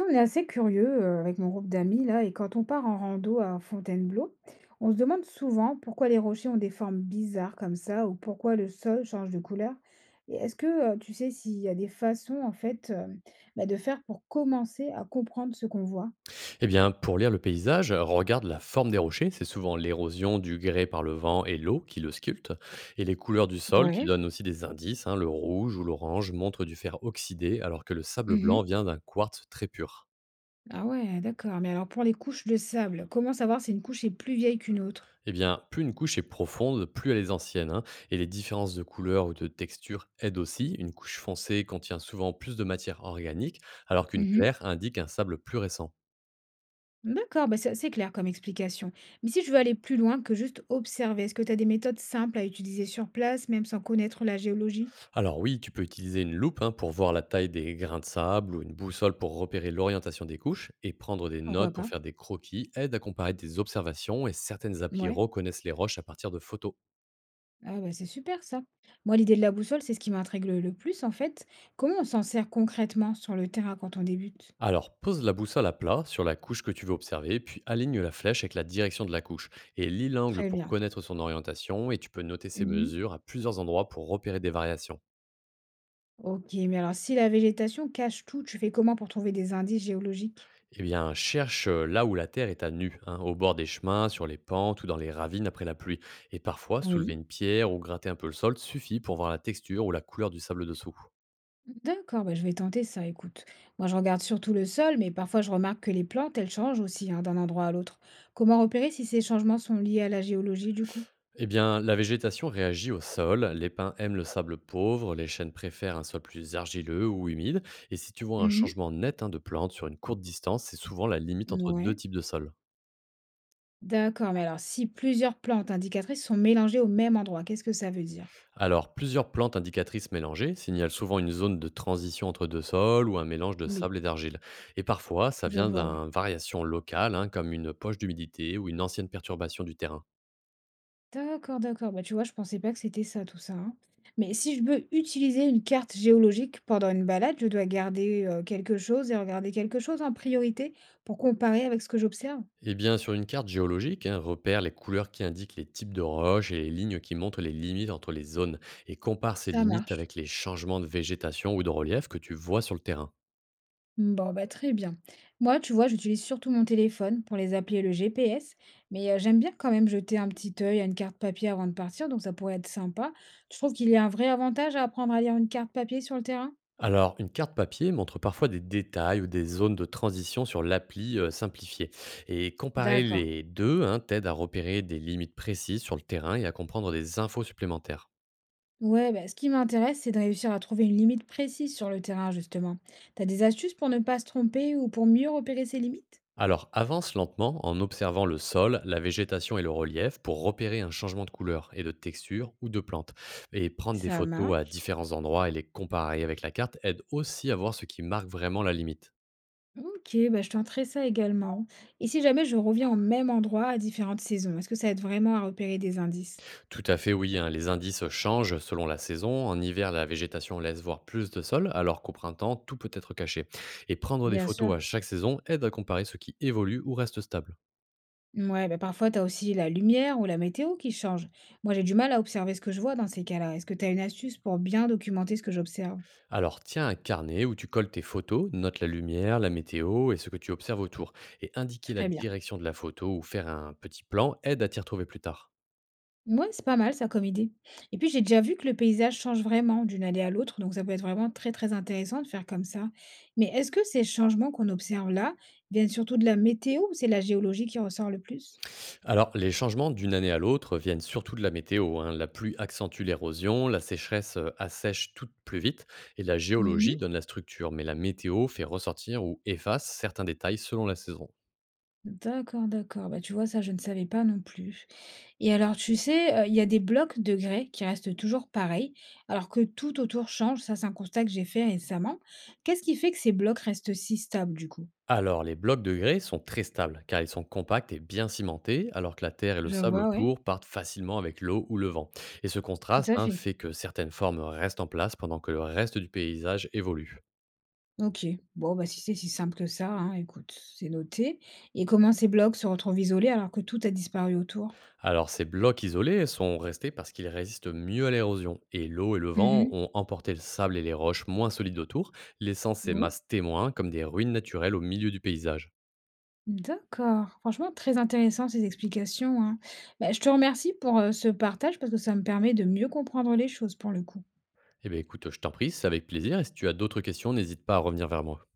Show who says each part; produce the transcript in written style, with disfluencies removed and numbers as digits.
Speaker 1: On est assez curieux, avec mon groupe d'amis là, et quand on part en rando à Fontainebleau, on se demande souvent pourquoi les rochers ont des formes bizarres comme ça, ou pourquoi le sol change de couleur. Et est-ce que, tu sais s'il y a des façons en fait, de faire pour commencer à comprendre ce qu'on voit?
Speaker 2: Eh bien, pour lire le paysage, regarde la forme des rochers. C'est souvent l'érosion du grès par le vent et l'eau qui le sculpte. Et les couleurs du sol qui
Speaker 1: Ouais.
Speaker 2: donnent aussi des indices, hein. Le rouge ou l'orange montre du fer oxydé, alors que le sable blanc
Speaker 1: Mmh.
Speaker 2: vient d'un quartz très pur.
Speaker 1: Ah ouais, d'accord. Mais alors pour les couches de sable, comment savoir si une couche est plus vieille qu'une autre?
Speaker 2: Eh bien, plus une couche est profonde, plus elle est ancienne, hein. Et les différences de couleur ou de texture aident aussi. Une couche foncée contient souvent plus de matière organique, alors qu'une claire indique un sable plus récent.
Speaker 1: D'accord, bah c'est assez clair comme explication. Mais si je veux aller plus loin que juste observer, est-ce que tu as des méthodes simples à utiliser sur place, même sans connaître la géologie?
Speaker 2: Alors oui, tu peux utiliser une loupe hein, pour voir la taille des grains de sable ou une boussole pour repérer l'orientation des couches et prendre des notes
Speaker 1: Pourquoi
Speaker 2: pour
Speaker 1: pas.
Speaker 2: faire des croquis aide à comparer des observations, et certaines applis
Speaker 1: Ouais,
Speaker 2: reconnaissent les roches à partir de photos.
Speaker 1: ah bah c'est super ça. Moi, l'idée de la boussole, c'est ce qui m'intrigue le plus en fait. Comment on s'en sert concrètement sur le terrain quand on débute?
Speaker 2: Alors pose la boussole à plat sur la couche que tu veux observer, puis aligne la flèche avec la direction de la couche et lis l'angle
Speaker 1: Très
Speaker 2: pour
Speaker 1: bien.
Speaker 2: connaître son orientation, et tu peux noter ces
Speaker 1: Mhm.
Speaker 2: mesures à plusieurs endroits pour repérer des variations.
Speaker 1: Ok, mais alors si la végétation cache tout, tu fais comment pour trouver des indices géologiques?
Speaker 2: Eh bien, cherche là où la terre est à nu, hein, au bord des chemins, sur les pentes ou dans les ravines après la pluie. Et parfois, soulever
Speaker 1: Oui.
Speaker 2: une pierre ou gratter un peu le sol suffit pour voir la texture ou la couleur du sable dessous.
Speaker 1: D'accord, bah, je vais tenter ça, écoute. Moi, je regarde surtout le sol, mais parfois je remarque que les plantes, elles changent aussi hein, d'un endroit à l'autre. Comment repérer si ces changements sont liés à la géologie du coup?
Speaker 2: Eh bien, la végétation réagit au sol, les pins aiment le sable pauvre, les chênes préfèrent un sol plus argileux ou humide, et si tu vois un
Speaker 1: Mhm.
Speaker 2: changement net hein, de plante sur une courte distance, c'est souvent la limite entre deux
Speaker 1: Ouais.
Speaker 2: types de sols.
Speaker 1: D'accord, mais alors si plusieurs plantes indicatrices sont mélangées au même endroit, qu'est-ce que ça veut dire?
Speaker 2: Alors, plusieurs plantes indicatrices mélangées signalent souvent une zone de transition entre deux sols ou un mélange de
Speaker 1: Oui,
Speaker 2: sable et d'argile. Et parfois, ça
Speaker 1: je
Speaker 2: vient
Speaker 1: vois, ouais.
Speaker 2: d'une variation locale, hein, comme une poche d'humidité ou une ancienne perturbation du terrain.
Speaker 1: D'accord, d'accord. Bah, tu vois, je pensais pas que c'était ça, tout ça, hein. Mais si je veux utiliser une carte géologique pendant une balade, je dois garder quelque chose et regarder quelque chose en priorité pour comparer avec ce que j'observe.
Speaker 2: Eh bien, sur une carte géologique, hein, repère les couleurs qui indiquent les types de roches et les lignes qui montrent les limites entre les zones, et compare ces
Speaker 1: Ça
Speaker 2: limites
Speaker 1: marche.
Speaker 2: avec les changements de végétation ou de relief que tu vois sur le terrain.
Speaker 1: Bon, bah très bien. Moi, tu vois, j'utilise surtout mon téléphone pour les appeler et le GPS, mais j'aime bien quand même jeter un petit œil à une carte papier avant de partir, donc ça pourrait être sympa. Tu trouves qu'il y a un vrai avantage à apprendre à lire une carte papier sur le terrain?
Speaker 2: Alors, une carte papier montre parfois des détails ou des zones de transition sur l'appli simplifiée. Et comparer
Speaker 1: D'accord.
Speaker 2: les deux hein, t'aide à repérer des limites précises sur le terrain et à comprendre des infos supplémentaires.
Speaker 1: Ouais, bah, ce qui m'intéresse, c'est de réussir à trouver une limite précise sur le terrain, justement. T'as des astuces pour ne pas se tromper ou pour mieux repérer ses limites?
Speaker 2: Alors, avance lentement en observant le sol, la végétation et le relief pour repérer un changement de couleur et de texture ou de plante. Et prendre des
Speaker 1: Ça
Speaker 2: photos à
Speaker 1: marche.
Speaker 2: différents endroits et les comparer avec la carte aide aussi à voir ce qui marque vraiment la limite.
Speaker 1: Ok, bah, je tenterai ça également. Et si jamais je reviens au même endroit à différentes saisons, est-ce que ça aide vraiment à repérer des indices?
Speaker 2: Tout à fait, oui, hein. Les indices changent selon la saison. En hiver, la végétation laisse voir plus de sol, alors qu'au printemps, tout peut être caché. Et prendre des
Speaker 1: Bien sûr.
Speaker 2: photos à chaque saison aide à comparer ce qui évolue ou reste stable.
Speaker 1: Ouais, bah, parfois, tu as aussi la lumière ou la météo qui change. Moi, j'ai du mal à observer ce que je vois dans ces cas-là. Est-ce que tu as une astuce pour bien documenter ce que j'observe?
Speaker 2: Alors, tiens un carnet où tu colles tes photos, note la lumière, la météo et ce que tu observes autour. Et indiquer la
Speaker 1: Très bien.
Speaker 2: direction de la photo ou faire un petit plan aide à t'y retrouver plus tard.
Speaker 1: Ouais, c'est pas mal ça comme idée. Et puis j'ai déjà vu que le paysage change vraiment d'une allée à l'autre, donc ça peut être vraiment très très intéressant de faire comme ça. Mais est-ce que ces changements qu'on observe là viennent surtout de la météo, ou c'est la géologie qui ressort le plus?
Speaker 2: Alors, les changements d'une année à l'autre viennent surtout de la météo, hein. La pluie accentue l'érosion, la sécheresse assèche tout plus vite, et la géologie
Speaker 1: Mhm.
Speaker 2: donne la structure, mais la météo fait ressortir ou efface certains détails selon la saison.
Speaker 1: D'accord, d'accord. Bah, tu vois, ça, je ne savais pas non plus. Et alors, tu sais, il y a des blocs de grès qui restent toujours pareils, alors que tout autour change. Ça, c'est un constat que j'ai fait récemment. Qu'est-ce qui fait que ces blocs restent si stables, du coup?
Speaker 2: Alors, les blocs de grès sont très stables, car ils sont compacts et bien cimentés, alors que la terre et le
Speaker 1: Je
Speaker 2: sable
Speaker 1: vois, ouais,
Speaker 2: autour partent facilement avec l'eau ou le vent. Et ce
Speaker 1: tout
Speaker 2: contraste
Speaker 1: à
Speaker 2: hein,
Speaker 1: fait.
Speaker 2: fait que certaines formes restent en place pendant que le reste du paysage évolue.
Speaker 1: OK. Bon, bah, si c'est si simple que ça, hein, écoute, c'est noté. Et comment ces blocs se retrouvent isolés alors que tout a disparu autour?
Speaker 2: Alors, ces blocs isolés sont restés parce qu'ils résistent mieux à l'érosion, et l'eau et le vent
Speaker 1: Mhm.
Speaker 2: ont emporté le sable et les roches moins solides autour, laissant ces
Speaker 1: Oui.
Speaker 2: masses témoins comme des ruines naturelles au milieu du paysage.
Speaker 1: D'accord. Franchement, très intéressant ces explications, hein. Bah, je te remercie pour, ce partage parce que ça me permet de mieux comprendre les choses pour le coup.
Speaker 2: Eh bien écoute, je t'en prie, c'est avec plaisir, et si tu as d'autres questions, n'hésite pas à revenir vers moi.